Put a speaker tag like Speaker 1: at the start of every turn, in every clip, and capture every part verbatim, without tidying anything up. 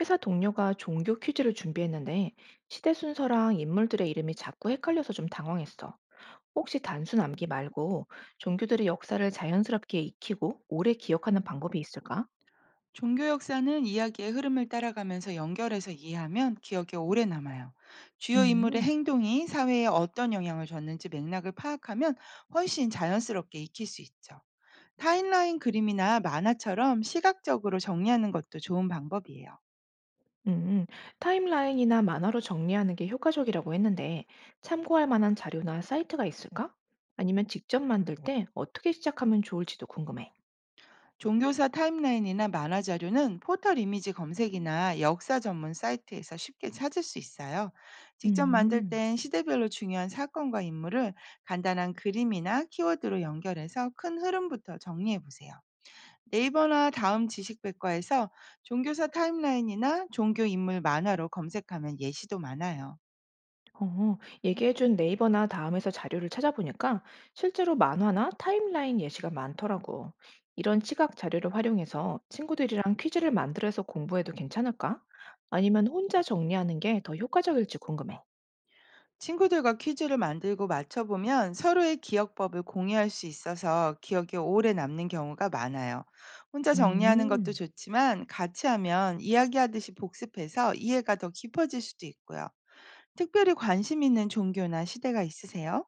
Speaker 1: 회사 동료가 종교 퀴즈를 준비했는데 시대 순서랑 인물들의 이름이 자꾸 헷갈려서 좀 당황했어. 혹시 단순 암기 말고 종교들의 역사를 자연스럽게 익히고 오래 기억하는 방법이 있을까?
Speaker 2: 종교 역사는 이야기의 흐름을 따라가면서 연결해서 이해하면 기억에 오래 남아요. 주요 인물의
Speaker 1: 음,
Speaker 2: 행동이 사회에 어떤 영향을 줬는지 맥락을 파악하면 훨씬 자연스럽게 익힐 수 있죠. 타인라인 그림이나 만화처럼 시각적으로 정리하는 것도 좋은 방법이에요.
Speaker 1: 음, 타임라인이나 만화로 정리하는 게 효과적이라고 했는데 참고할 만한 자료나 사이트가 있을까? 아니면 직접 만들 때 어떻게 시작하면 좋을지도 궁금해.
Speaker 2: 종교사 타임라인이나 만화 자료는 포털 이미지 검색이나 역사 전문 사이트에서 쉽게 찾을 수 있어요. 직접 만들
Speaker 1: 음.
Speaker 2: 땐 시대별로 중요한 사건과 인물을 간단한 그림이나 키워드로 연결해서 큰 흐름부터 정리해 보세요. 네이버나 다음 지식백과에서 종교사 타임라인이나 종교 인물 만화로 검색하면 예시도 많아요.
Speaker 1: 어, 얘기해준 네이버나 다음에서 자료를 찾아보니까 실제로 만화나 타임라인 예시가 많더라고. 이런 시각 자료를 활용해서 친구들이랑 퀴즈를 만들어서 공부해도 괜찮을까? 아니면 혼자 정리하는 게 더 효과적일지 궁금해.
Speaker 2: 친구들과 퀴즈를 만들고 맞춰보면 서로의 기억법을 공유할 수 있어서 기억이 오래 남는 경우가 많아요. 혼자 정리하는 것도
Speaker 1: 음,
Speaker 2: 좋지만 같이 하면 이야기하듯이 복습해서 이해가 더 깊어질 수도 있고요. 특별히 관심 있는 종교나 시대가 있으세요?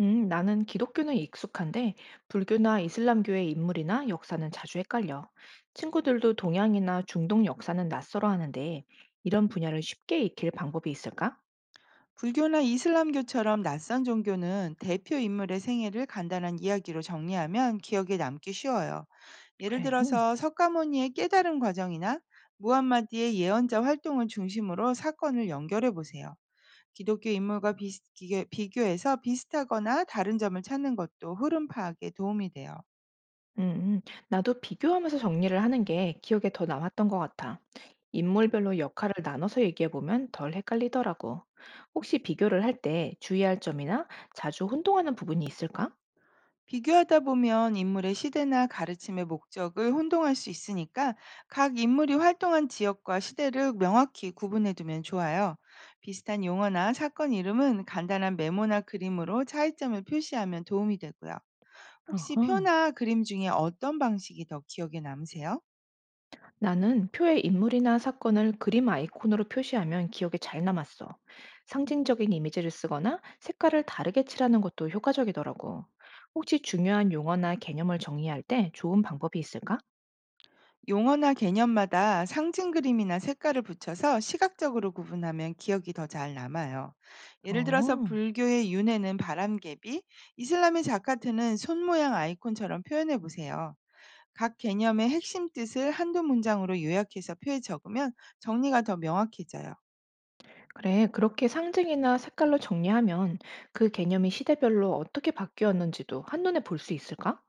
Speaker 1: 음, 나는 기독교는 익숙한데 불교나 이슬람교의 인물이나 역사는 자주 헷갈려. 친구들도 동양이나 중동 역사는 낯설어 하는데 이런 분야를 쉽게 익힐 방법이 있을까?
Speaker 2: 불교나 이슬람교처럼 낯선 종교는 대표 인물의 생애를 간단한 이야기로 정리하면 기억에 남기 쉬워요. 예를
Speaker 1: 그래.
Speaker 2: 들어서 석가모니의 깨달음 과정이나 무함마디의 예언자 활동을 중심으로 사건을 연결해 보세요. 기독교 인물과 비교해서 비슷하거나 다른 점을 찾는 것도 흐름 파악에 도움이 돼요.
Speaker 1: 음, 나도 비교하면서 정리를 하는 게 기억에 더 남았던 것 같아. 인물별로 역할을 나눠서 얘기해보면 덜 헷갈리더라고. 혹시 비교를 할 때 주의할 점이나 자주 혼동하는 부분이 있을까?
Speaker 2: 비교하다 보면 인물의 시대나 가르침의 목적을 혼동할 수 있으니까 각 인물이 활동한 지역과 시대를 명확히 구분해 두면 좋아요. 비슷한 용어나 사건 이름은 간단한 메모나 그림으로 차이점을 표시하면 도움이 되고요. 혹시
Speaker 1: 어허.
Speaker 2: 표나 그림 중에 어떤 방식이 더 기억에 남으세요?
Speaker 1: 나는 표에 인물이나 사건을 그림 아이콘으로 표시하면 기억에 잘 남았어. 상징적인 이미지를 쓰거나 색깔을 다르게 칠하는 것도 효과적이더라고. 혹시 중요한 용어나 개념을 정리할 때 좋은 방법이 있을까?
Speaker 2: 용어나 개념마다 상징 그림이나 색깔을 붙여서 시각적으로 구분하면 기억이 더 잘 남아요. 예를 들어서
Speaker 1: 어.
Speaker 2: 불교의 윤회는 바람개비, 이슬람의 자카트는 손 모양 아이콘처럼 표현해 보세요. 각 개념의 핵심 뜻을 한두 문장으로 요약해서 표에 적으면 정리가 더 명확해져요.
Speaker 1: 그래, 그렇게 상징이나 색깔로 정리하면 그 개념이 시대별로 어떻게 바뀌었는지도 한눈에 볼 수 있을까?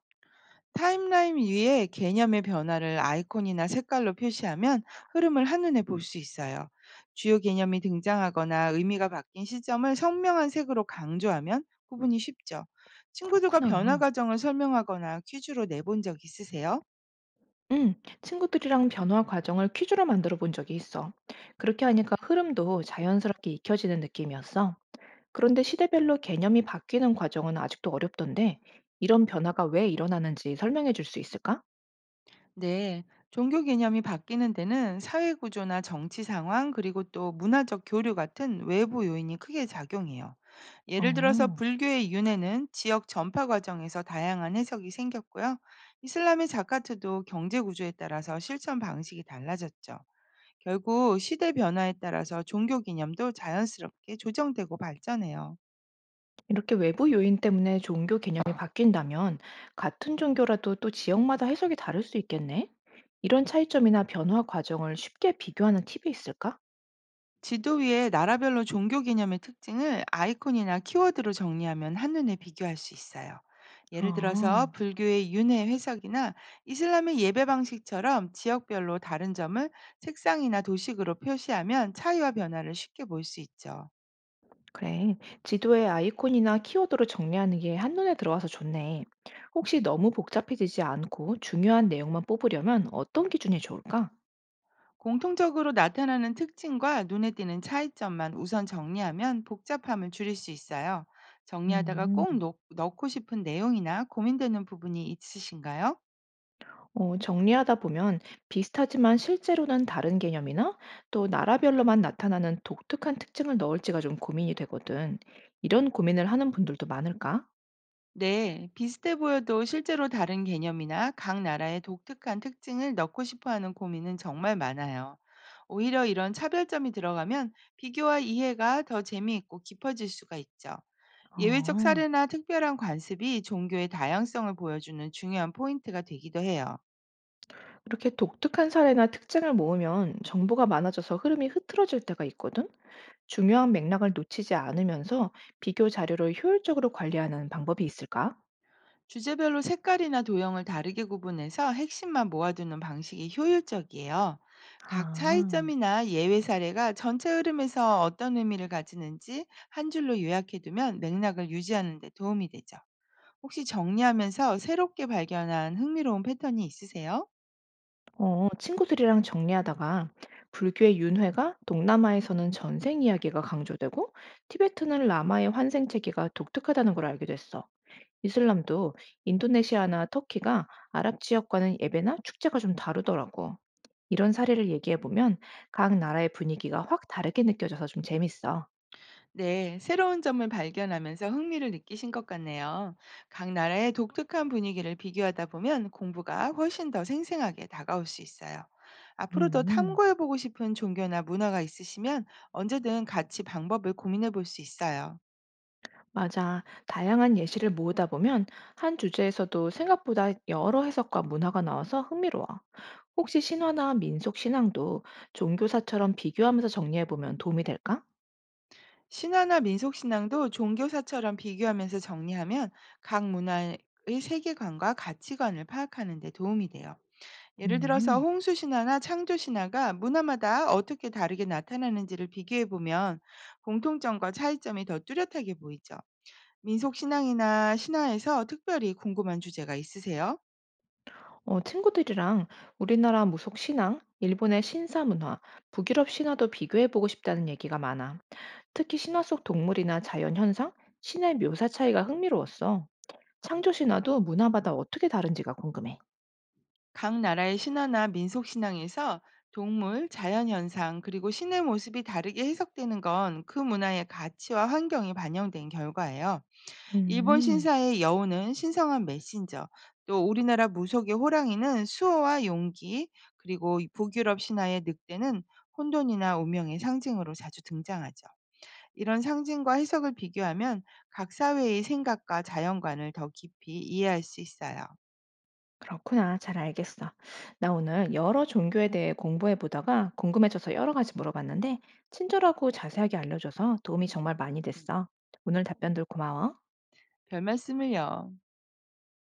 Speaker 2: 타임라인 위에 개념의 변화를 아이콘이나 색깔로 표시하면 흐름을 한눈에 볼 수 있어요. 주요 개념이 등장하거나 의미가 바뀐 시점을 선명한 색으로 강조하면 구분이 쉽죠. 친구들과 변화
Speaker 1: 그렇구나.
Speaker 2: 과정을 설명하거나 퀴즈로 내본 적 있으세요?
Speaker 1: 응, 친구들이랑 변화 과정을 퀴즈로 만들어 본 적이 있어. 그렇게 하니까 흐름도 자연스럽게 익혀지는 느낌이었어. 그런데 시대별로 개념이 바뀌는 과정은 아직도 어렵던데, 이런 변화가 왜 일어나는지 설명해 줄 수 있을까?
Speaker 2: 네, 종교 개념이 바뀌는 데는 사회 구조나 정치 상황, 그리고 또 문화적 교류 같은 외부 요인이 크게 작용해요. 예를 들어서
Speaker 1: 어.
Speaker 2: 불교의 윤회는 지역 전파 과정에서 다양한 해석이 생겼고요. 이슬람의 자카트도 경제 구조에 따라서 실천 방식이 달라졌죠. 결국 시대 변화에 따라서 종교 개념도 자연스럽게 조정되고 발전해요.
Speaker 1: 이렇게 외부 요인 때문에 종교 개념이 바뀐다면 같은 종교라도 또 지역마다 해석이 다를 수 있겠네? 이런 차이점이나 변화 과정을 쉽게 비교하는 팁이 있을까?
Speaker 2: 지도 위에 나라별로 종교 개념의 특징을 아이콘이나 키워드로 정리하면 한눈에 비교할 수 있어요. 예를
Speaker 1: 아,
Speaker 2: 들어서 불교의 윤회 회석이나 이슬람의 예배 방식처럼 지역별로 다른 점을 색상이나 도식으로 표시하면 차이와 변화를 쉽게 볼 수 있죠.
Speaker 1: 그래. 지도에 아이콘이나 키워드로 정리하는 게 한눈에 들어와서 좋네. 혹시 너무 복잡해지지 않고 중요한 내용만 뽑으려면 어떤 기준이 좋을까?
Speaker 2: 공통적으로 나타나는 특징과 눈에 띄는 차이점만 우선 정리하면 복잡함을 줄일 수 있어요. 정리하다가
Speaker 1: 음.
Speaker 2: 꼭 놓- 넣고 싶은 내용이나 고민되는 부분이 있으신가요?
Speaker 1: 어, 정리하다 보면 비슷하지만 실제로는 다른 개념이나 또 나라별로만 나타나는 독특한 특징을 넣을지가 좀 고민이 되거든. 이런 고민을 하는 분들도 많을까?
Speaker 2: 네, 비슷해 보여도 실제로 다른 개념이나 각 나라의 독특한 특징을 넣고 싶어 하는 고민은 정말 많아요. 오히려 이런 차별점이 들어가면 비교와 이해가 더 재미있고 깊어질 수가 있죠. 예외적
Speaker 1: 어,
Speaker 2: 사례나 특별한 관습이 종교의 다양성을 보여주는 중요한 포인트가 되기도 해요.
Speaker 1: 이렇게 독특한 사례나 특징을 모으면 정보가 많아져서 흐름이 흐트러질 때가 있거든. 중요한 맥락을 놓치지 않으면서 비교 자료를 효율적으로 관리하는 방법이 있을까?
Speaker 2: 주제별로 색깔이나 도형을 다르게 구분해서 핵심만 모아두는 방식이 효율적이에요. 각
Speaker 1: 아.
Speaker 2: 차이점이나 예외 사례가 전체 흐름에서 어떤 의미를 가지는지 한 줄로 요약해두면 맥락을 유지하는 데 도움이 되죠. 혹시 정리하면서 새롭게 발견한 흥미로운 패턴이 있으세요?
Speaker 1: 어, 친구들이랑 정리하다가 불교의 윤회가 동남아에서는 전생 이야기가 강조되고 티베트는 라마의 환생 체계가 독특하다는 걸 알게 됐어. 이슬람도 인도네시아나 터키가 아랍 지역과는 예배나 축제가 좀 다르더라고. 이런 사례를 얘기해 보면 각 나라의 분위기가 확 다르게 느껴져서 좀 재밌어.
Speaker 2: 네, 새로운 점을 발견하면서 흥미를 느끼신 것 같네요. 각 나라의 독특한 분위기를 비교하다 보면 공부가 훨씬 더 생생하게 다가올 수 있어요. 앞으로도
Speaker 1: 음.
Speaker 2: 탐구해보고 싶은 종교나 문화가 있으시면 언제든 같이 방법을 고민해볼 수 있어요.
Speaker 1: 맞아. 다양한 예시를 모으다 보면 한 주제에서도 생각보다 여러 해석과 문화가 나와서 흥미로워. 혹시 신화나 민속 신앙도 종교사처럼 비교하면서 정리해보면 도움이 될까?
Speaker 2: 신화나 민속신앙도 종교사처럼 비교하면서 정리하면 각 문화의 세계관과 가치관을 파악하는 데 도움이 돼요. 예를 들어서
Speaker 1: 음,
Speaker 2: 홍수 신화나 창조 신화가 문화마다 어떻게 다르게 나타나는지를 비교해 보면 공통점과 차이점이 더 뚜렷하게 보이죠. 민속 신앙이나 신화에서 특별히 궁금한 주제가 있으세요?
Speaker 1: 어, 친구들이랑 우리나라 무속 신앙, 일본의 신사 문화, 북유럽 신화도 비교해보고 싶다는 얘기가 많아. 특히 신화 속 동물이나 자연 현상, 신의 묘사 차이가 흥미로웠어. 창조 신화도 문화마다 어떻게 다른지가 궁금해.
Speaker 2: 각 나라의 신화나 민속 신앙에서 동물, 자연 현상, 그리고 신의 모습이 다르게 해석되는 건 그 문화의 가치와 환경이 반영된 결과예요. 일본
Speaker 1: 음.
Speaker 2: 신사의 여우는 신성한 메신저, 또 우리나라 무속의 호랑이는 수호와 용기, 그리고 이 북유럽 신화의 늑대는 혼돈이나 운명의 상징으로 자주 등장하죠. 이런 상징과 해석을 비교하면 각 사회의 생각과 자연관을 더 깊이 이해할 수 있어요.
Speaker 1: 그렇구나. 잘 알겠어. 나 오늘 여러 종교에 대해 공부해 보다가 궁금해져서 여러 가지 물어봤는데, 친절하고 자세하게 알려줘서 도움이 정말 많이 됐어. 오늘 답변들 고마워.
Speaker 2: 별 말씀을요.